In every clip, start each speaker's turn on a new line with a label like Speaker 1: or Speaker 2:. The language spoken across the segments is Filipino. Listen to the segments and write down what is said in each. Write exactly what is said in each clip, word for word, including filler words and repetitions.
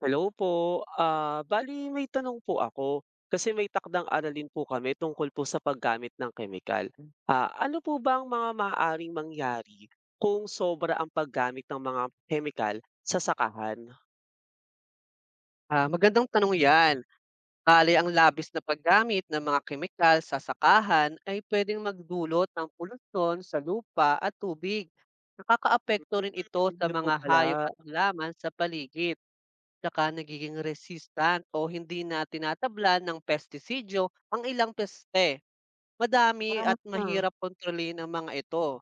Speaker 1: Hello po. Ah, bali may tanong po ako. Kasi may takdang aralin po kami tungkol po sa paggamit ng kemikal. Ah, ano po ba ang mga maaaring mangyari kung sobra ang paggamit ng mga kemikal sa sakahan?
Speaker 2: Ah, magandang tanong 'yan. Bale, ang labis na paggamit ng mga kemikal sa sakahan ay pwedeng magdulot ng polusyon sa lupa at tubig. Nakakaapekto rin ito
Speaker 1: Mm,
Speaker 2: sa
Speaker 1: yun po
Speaker 2: mga hayop
Speaker 1: pala.
Speaker 2: at halaman sa paligid. Tsaka nagiging resistant o hindi na tinatablan ng pestisidyo ang ilang peste. Madami at
Speaker 1: Ah,
Speaker 2: mahirap kontrolin ang mga ito.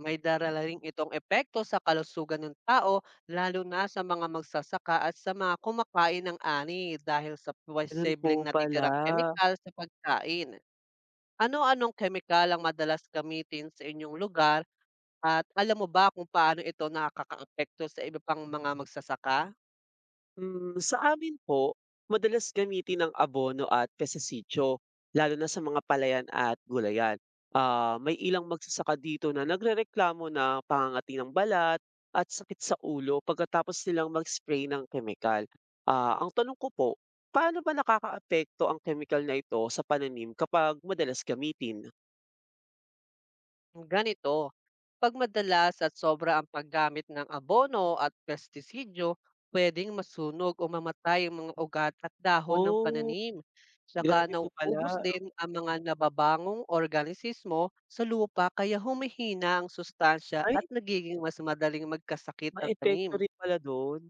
Speaker 2: May darala rin itong epekto sa kalusugan ng tao lalo na sa mga magsasaka at sa mga kumakain ng ani dahil sa
Speaker 1: Ganun po
Speaker 2: posibleng
Speaker 1: pala.
Speaker 2: natitirang kemikal sa pagkain. Ano-anong kemikal ang madalas gamitin sa inyong lugar at alam mo ba kung paano ito nakakaapekto sa iba pang mga magsasaka?
Speaker 1: Hmm, sa amin po, madalas gamitin ng abono at pestisidyo, lalo na sa mga palayan at gulayan. Ah, may ilang magsasaka dito na nagrereklamo na pangangati ng balat at sakit sa ulo pagkatapos nilang mag-spray ng kemikal. Ah, ang tanong ko po, paano ba nakakaapekto ang kemikal na ito sa pananim kapag madalas gamitin?
Speaker 2: Ganito, pag madalas at sobra ang paggamit ng abono at pestisidyo, pwedeng masunog o mamatay ang mga ugat at dahon ng
Speaker 1: Oh,
Speaker 2: pananim. Saka
Speaker 1: grabe po
Speaker 2: nauubos
Speaker 1: pala.
Speaker 2: din ang mga nababangong organismo sa lupa kaya humihina ang sustansya
Speaker 1: Ay,
Speaker 2: at nagiging mas madaling magkasakit ang
Speaker 1: maepekto
Speaker 2: tanim.
Speaker 1: rin pala doon.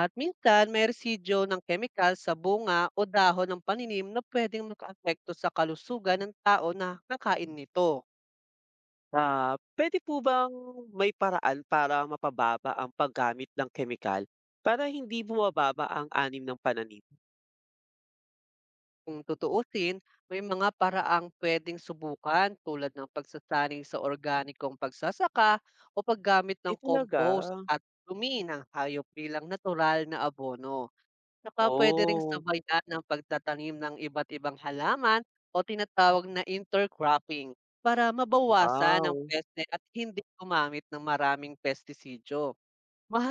Speaker 2: At minsan may residyo ng kemikal sa bunga o dahon ng paninim na pwedeng makaapekto sa kalusugan ng tao na kakain nito.
Speaker 1: Ah, puwede po bang may paraan para mapababa ang paggamit ng kemikal para hindi bumababa ang anim ng pananim?
Speaker 2: Kung tutuusin, may mga paraang puwedeng subukan tulad ng pagsasanay sa organikong pagsasaka o paggamit
Speaker 1: Eh,
Speaker 2: ng
Speaker 1: talaga?
Speaker 2: compost at dumi ng hayop bilang natural na abono. Saka pwede ring
Speaker 1: Oh,
Speaker 2: sabayan ng pagtatanim ng iba't ibang halaman o tinatawag na intercropping para mabawasan ang
Speaker 1: wow!
Speaker 2: peste at hindi gumamit ng maraming pestisidyo.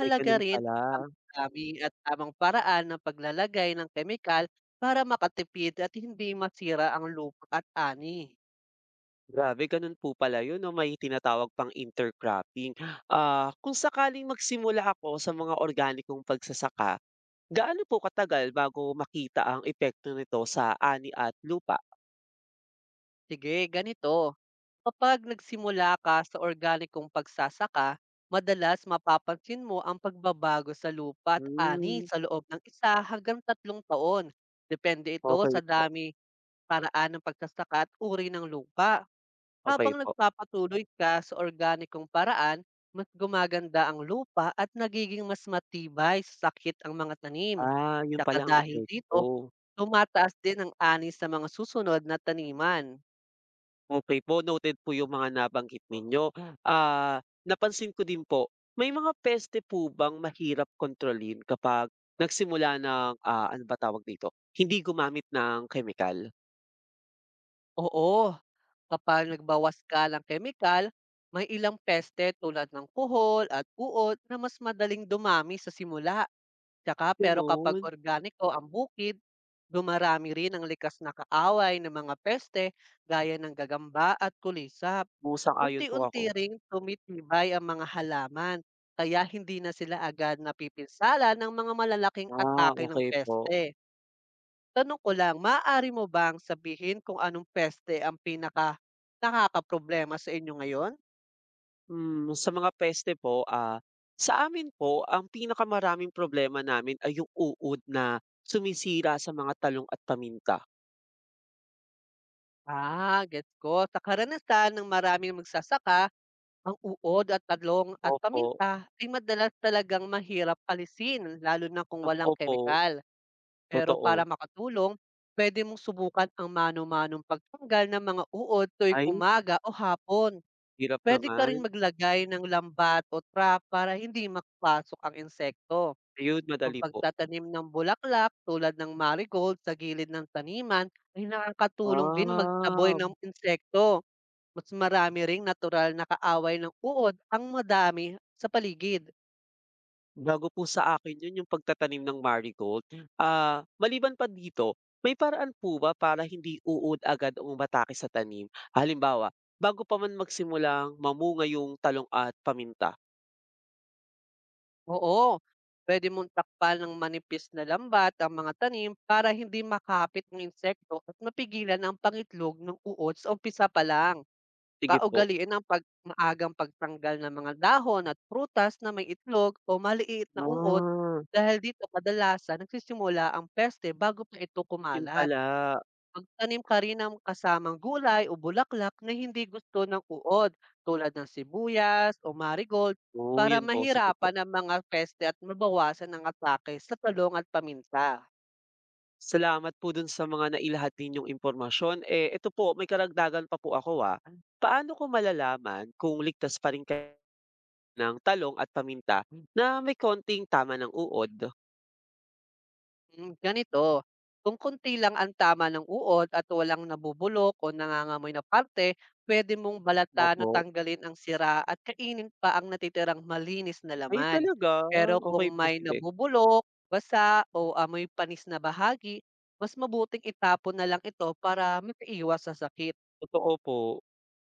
Speaker 1: May gano'n
Speaker 2: rin ang
Speaker 1: pala.
Speaker 2: tamang dami at tamang paraan ng paglalagay ng kemikal para makatipid at hindi masira ang lupa at ani.
Speaker 1: Grabe, gano'n po pala 'yun 'no, may tinatawag pang intercropping. Ah, kung sakaling magsimula ako sa mga organikong pagsasaka, gaano po katagal bago makita ang epekto nito sa ani at lupa?
Speaker 2: Sige, ganito. Kapag nagsimula ka sa organikong pagsasaka, madalas mapapansin mo ang pagbabago sa lupa at ani
Speaker 1: Hmm,
Speaker 2: sa loob ng isa hanggang tatlong taon. Depende ito
Speaker 1: okay
Speaker 2: sa
Speaker 1: po,
Speaker 2: dami, paraan ng pagsasaka at uri ng lupa.
Speaker 1: okay
Speaker 2: Habang
Speaker 1: po.
Speaker 2: nagpapatuloy ka sa organikong paraan, mas gumaganda ang lupa at nagiging mas matibay sa sakit ang mga tanim.
Speaker 1: Ah, 'yun
Speaker 2: Tsaka
Speaker 1: pala ang
Speaker 2: dahil dito,
Speaker 1: epekto.
Speaker 2: tumataas din ang ani sa mga susunod na taniman.
Speaker 1: Okey po, noted po yung mga nabanggit ninyo. Ah, napansin ko din po, may mga peste po bang mahirap kontrolin kapag nagsimula ng, ah, ano ba tawag dito, hindi gumamit ng kemikal?
Speaker 2: Oo, kapag nagbawas ka ng kemikal, may ilang peste tulad ng kuhol at uod na mas madaling dumami sa simula. Tsaka pero kapag
Speaker 1: Gano'n.
Speaker 2: organic o ang bukid, dumarami rin ang likas na kaaway ng mga peste gaya ng gagamba at kulisap.
Speaker 1: Oo, sang-ayon po ako.
Speaker 2: Unti-unti ring tumitibay ang mga halaman, kaya hindi na sila agad napipinsala ng mga malalaking
Speaker 1: Ah,
Speaker 2: atake ng
Speaker 1: okey po.
Speaker 2: peste. Tanong ko lang, maaari mo bang sabihin kung anong peste ang pinaka nakakaproblema sa inyo ngayon?
Speaker 1: Hmm, sa mga peste po, ah, sa amin po ang pinakamaraming problema namin ay yung uod na sumisira sa mga talong at paminta.
Speaker 2: Ah, gets ko. Sa karanasan ng maraming magsasaka, ang uod at talong at
Speaker 1: Opo,
Speaker 2: paminta ay madalas talagang mahirap alisin lalo na kung walang
Speaker 1: opo,
Speaker 2: kemikal. Pero
Speaker 1: totoo.
Speaker 2: para makatulong, pwede mong subukan ang mano-manong pagtanggal ng mga uod tuwing
Speaker 1: Ay,
Speaker 2: umaga o hapon.
Speaker 1: hirap
Speaker 2: Pwede ka ring
Speaker 1: naman.
Speaker 2: maglagay ng lambat o trap para hindi makapasok ang insekto.
Speaker 1: Ayun,
Speaker 2: Ang
Speaker 1: madali po.
Speaker 2: pagtatanim ng bulaklak tulad ng marigold sa gilid ng taniman ay nakakatulong din magtaboy
Speaker 1: Ah,
Speaker 2: ng insekto. Mas marami ring natural na kaaway ng uod ang madami sa paligid.
Speaker 1: Bago po sa akin 'yun, yung pagtatanim ng marigold. Ah, maliban pa dito, may paraan po ba para hindi uod agad o umatake sa tanim? Halimbawa, bago pa man magsimulang mamunga yung talong at paminta?
Speaker 2: Oo, pwede mong takpan ng manipis na lambat ang mga tanim para hindi makapit ng insekto at mapigilan ang pangitlog ng uod sa umpisa pa lang.
Speaker 1: Sige po.
Speaker 2: Kaugalian ang pag maagang pagtanggal ng mga dahon at prutas na may itlog o maliit na uod
Speaker 1: Ah,
Speaker 2: dahil dito kadalasan nagsisimula ang peste bago pa ito
Speaker 1: 'Yun
Speaker 2: kumalat.
Speaker 1: pala.
Speaker 2: Magtanim ka rin ng kasamang gulay o bulaklak na hindi gusto ng uod tulad ng sibuyas o marigold
Speaker 1: Oh,
Speaker 2: para
Speaker 1: 'yun po, sige po.
Speaker 2: mahirapan ang mga peste at mabawasan ang atake sa talong at paminta.
Speaker 1: Salamat po dun sa mga nailahad ninyong impormasyon. Eh, eto po, may karagdagan pa po ako, ah. Paano ko malalaman kung ligtas pa rin ka ng talong at paminta na may konting tama ng uod.
Speaker 2: Hmm, ganito, kung konti lang ang tama ng uod at walang nabubulok o nangangamoy na parte, pwede mong balatan o
Speaker 1: Opo.
Speaker 2: tanggalin ang sira at kainin pa ang natitirang malinis na
Speaker 1: Ay
Speaker 2: laman.
Speaker 1: talaga?
Speaker 2: Pero
Speaker 1: Okey
Speaker 2: kung
Speaker 1: po,
Speaker 2: may
Speaker 1: sige.
Speaker 2: nabubulok, basa o amoy panis na bahagi, mas mabuting itapon na lang ito para makaiwas sa sakit.
Speaker 1: Totoo po.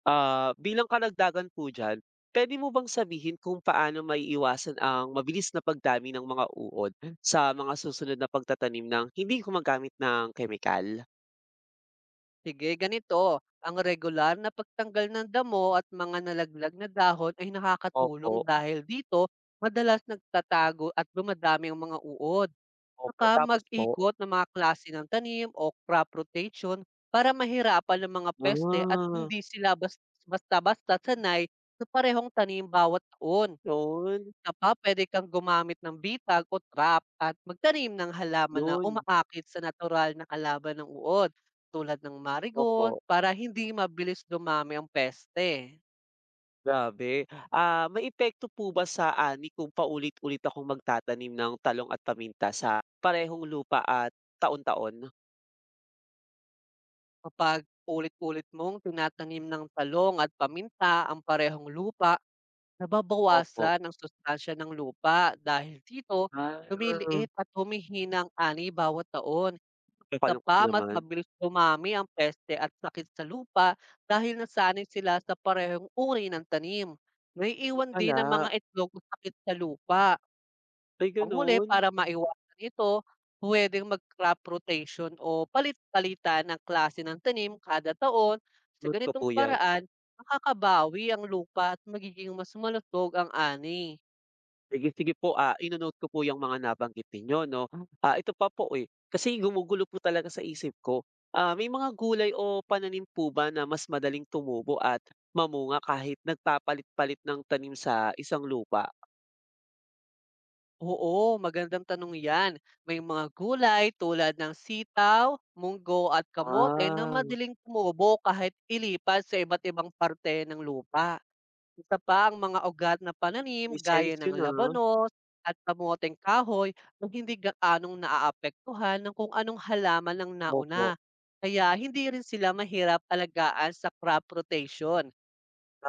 Speaker 1: Ah, bilang karagdagan po diyan, puwede mo bang sabihin kung paano maiiwasan ang mabilis na pagdami ng mga uod sa mga susunod na pagtatanim ng hindi gumagamit ng kemikal?
Speaker 2: Sige, ganito. Ang regular na pagtanggal ng damo at mga nalaglag na dahon ay nakakatulong
Speaker 1: Opo,
Speaker 2: dahil dito madalas nagtatago at dumadami ang mga uod.
Speaker 1: opo.
Speaker 2: Saka
Speaker 1: Tapos po
Speaker 2: mag-ikot ng mga klase ng tanim o crop rotation para mahirapan ng mga peste at
Speaker 1: ah,
Speaker 2: hindi sila bas- basta-basta sanay sa parehong tanim bawat taon.
Speaker 1: 'yun,
Speaker 2: Isa pa, puwede kang gumamit ng bitag o trap at magtanim ng halaman na
Speaker 1: 'yun.
Speaker 2: umaakit sa natural na kalaban ng uod, tulad ng marigold,
Speaker 1: Opo.
Speaker 2: para hindi mabilis dumami ang peste.
Speaker 1: Grabe. Ah, may maepekto po ba sa ani kung paulit-ulit akong magtatanim ng talong at paminta sa parehong lupa at taon-taon?
Speaker 2: Kapag ulit-ulit mong tinatanim ng talong at paminta ang parehong lupa,
Speaker 1: Opo.
Speaker 2: nababawasan ang sustansya ng lupa dahil dito
Speaker 1: Ah,
Speaker 2: lumiliit at humihina ang ani bawat taon. Isa
Speaker 1: Nakakalungkot
Speaker 2: pa, mas
Speaker 1: naman.
Speaker 2: mabilis dumami ang peste at sakit sa lupa dahil nasanay sila sa parehong uri ng tanim. Naiiwan din ang mga
Speaker 1: Pala,
Speaker 2: itlog ang sakit sa lupa.
Speaker 1: ay
Speaker 2: Panghuli,
Speaker 1: gano'n.
Speaker 2: para maiwasan ito, pwedeng mag-crop rotation o palit-palitan ng klase ng tanim kada taon. Sa
Speaker 1: Note ko
Speaker 2: ganitong
Speaker 1: po 'yan.
Speaker 2: paraan, makakabawi ang lupa at magiging mas malusog ang ani.
Speaker 1: Sige, sige po, ah, ino-note ko po 'yang mga nabanggit ninyo 'no. Ah, ito pa po, eh, kasi gumugulo po talaga sa isip ko. Ah, may mga gulay o pananim po ba na mas madaling tumubo at mamunga kahit nagpapalit-palit ng tanim sa isang lupa?
Speaker 2: Oo, magandang tanong yan. May mga gulay tulad ng sitaw, munggo at kamote na
Speaker 1: Ah.
Speaker 2: madaling tumubo kahit ilipat sa iba't ibang parte ng lupa. Isa pa ang mga ugat na pananim gaya
Speaker 1: Lisensya
Speaker 2: ng
Speaker 1: na,
Speaker 2: labanos at kamoteng kahoy na hindi gaanong naaapektuhan ng kung anong halaman ang nauna.
Speaker 1: opo,
Speaker 2: Kaya hindi rin sila mahirap alagaan sa crop rotation.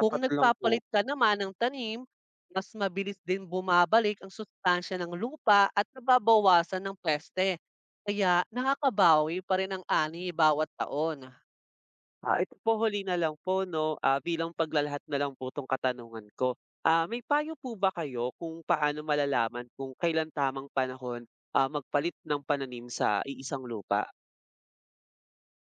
Speaker 2: Kung
Speaker 1: lang po.
Speaker 2: nagpapalit ka naman ng tanim, mas mabilis din bumabalik ang sustansya ng lupa at nababawasan ng peste. Kaya nakakabawi pa rin ang ani bawat taon.
Speaker 1: Ah, ito po huli na lang po 'no, ah, bilang paglalahat na lang po 'tong katanungan ko. Ah, may payo po ba kayo kung paano malalaman kung kailan tamang panahon, ah, magpalit ng pananim sa iisang lupa?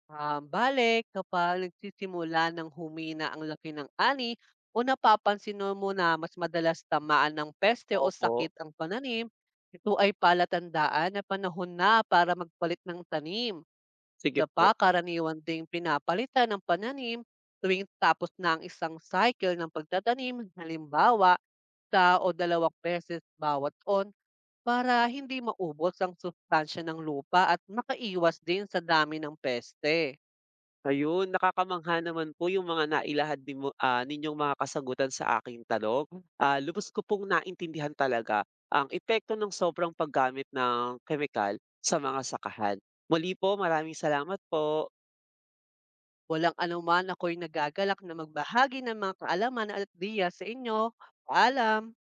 Speaker 2: Um, bale, kapag nagsisimula ng humina ang laki ng ani o napapansin mo na mas madalas tamaan ng peste o
Speaker 1: Opo,
Speaker 2: sakit ang pananim, ito ay palatandaan na panahon na para magpalit ng tanim.
Speaker 1: sige
Speaker 2: Isa pa,
Speaker 1: po.
Speaker 2: karaniwan ding pinapalitan ng pananim tuwing tapos na ang isang cycle ng pagtatanim, halimbawa, sa o dalawang beses bawat on para hindi maubos ang sustansya ng lupa at makaiwas din sa dami ng peste.
Speaker 1: Ayun, nakakamangha naman po yung mga nailahad din mo ah, ninyong mga kasagutan sa aking tanong. Ah, lubos ko pong naintindihan talaga ang epekto ng sobrang paggamit ng kemikal sa mga sakahan. Muli po, maraming salamat po.
Speaker 2: Walang anuman, ako'y nagagalak na magbahagi ng mga kaalaman at diya sa inyo. Paalam!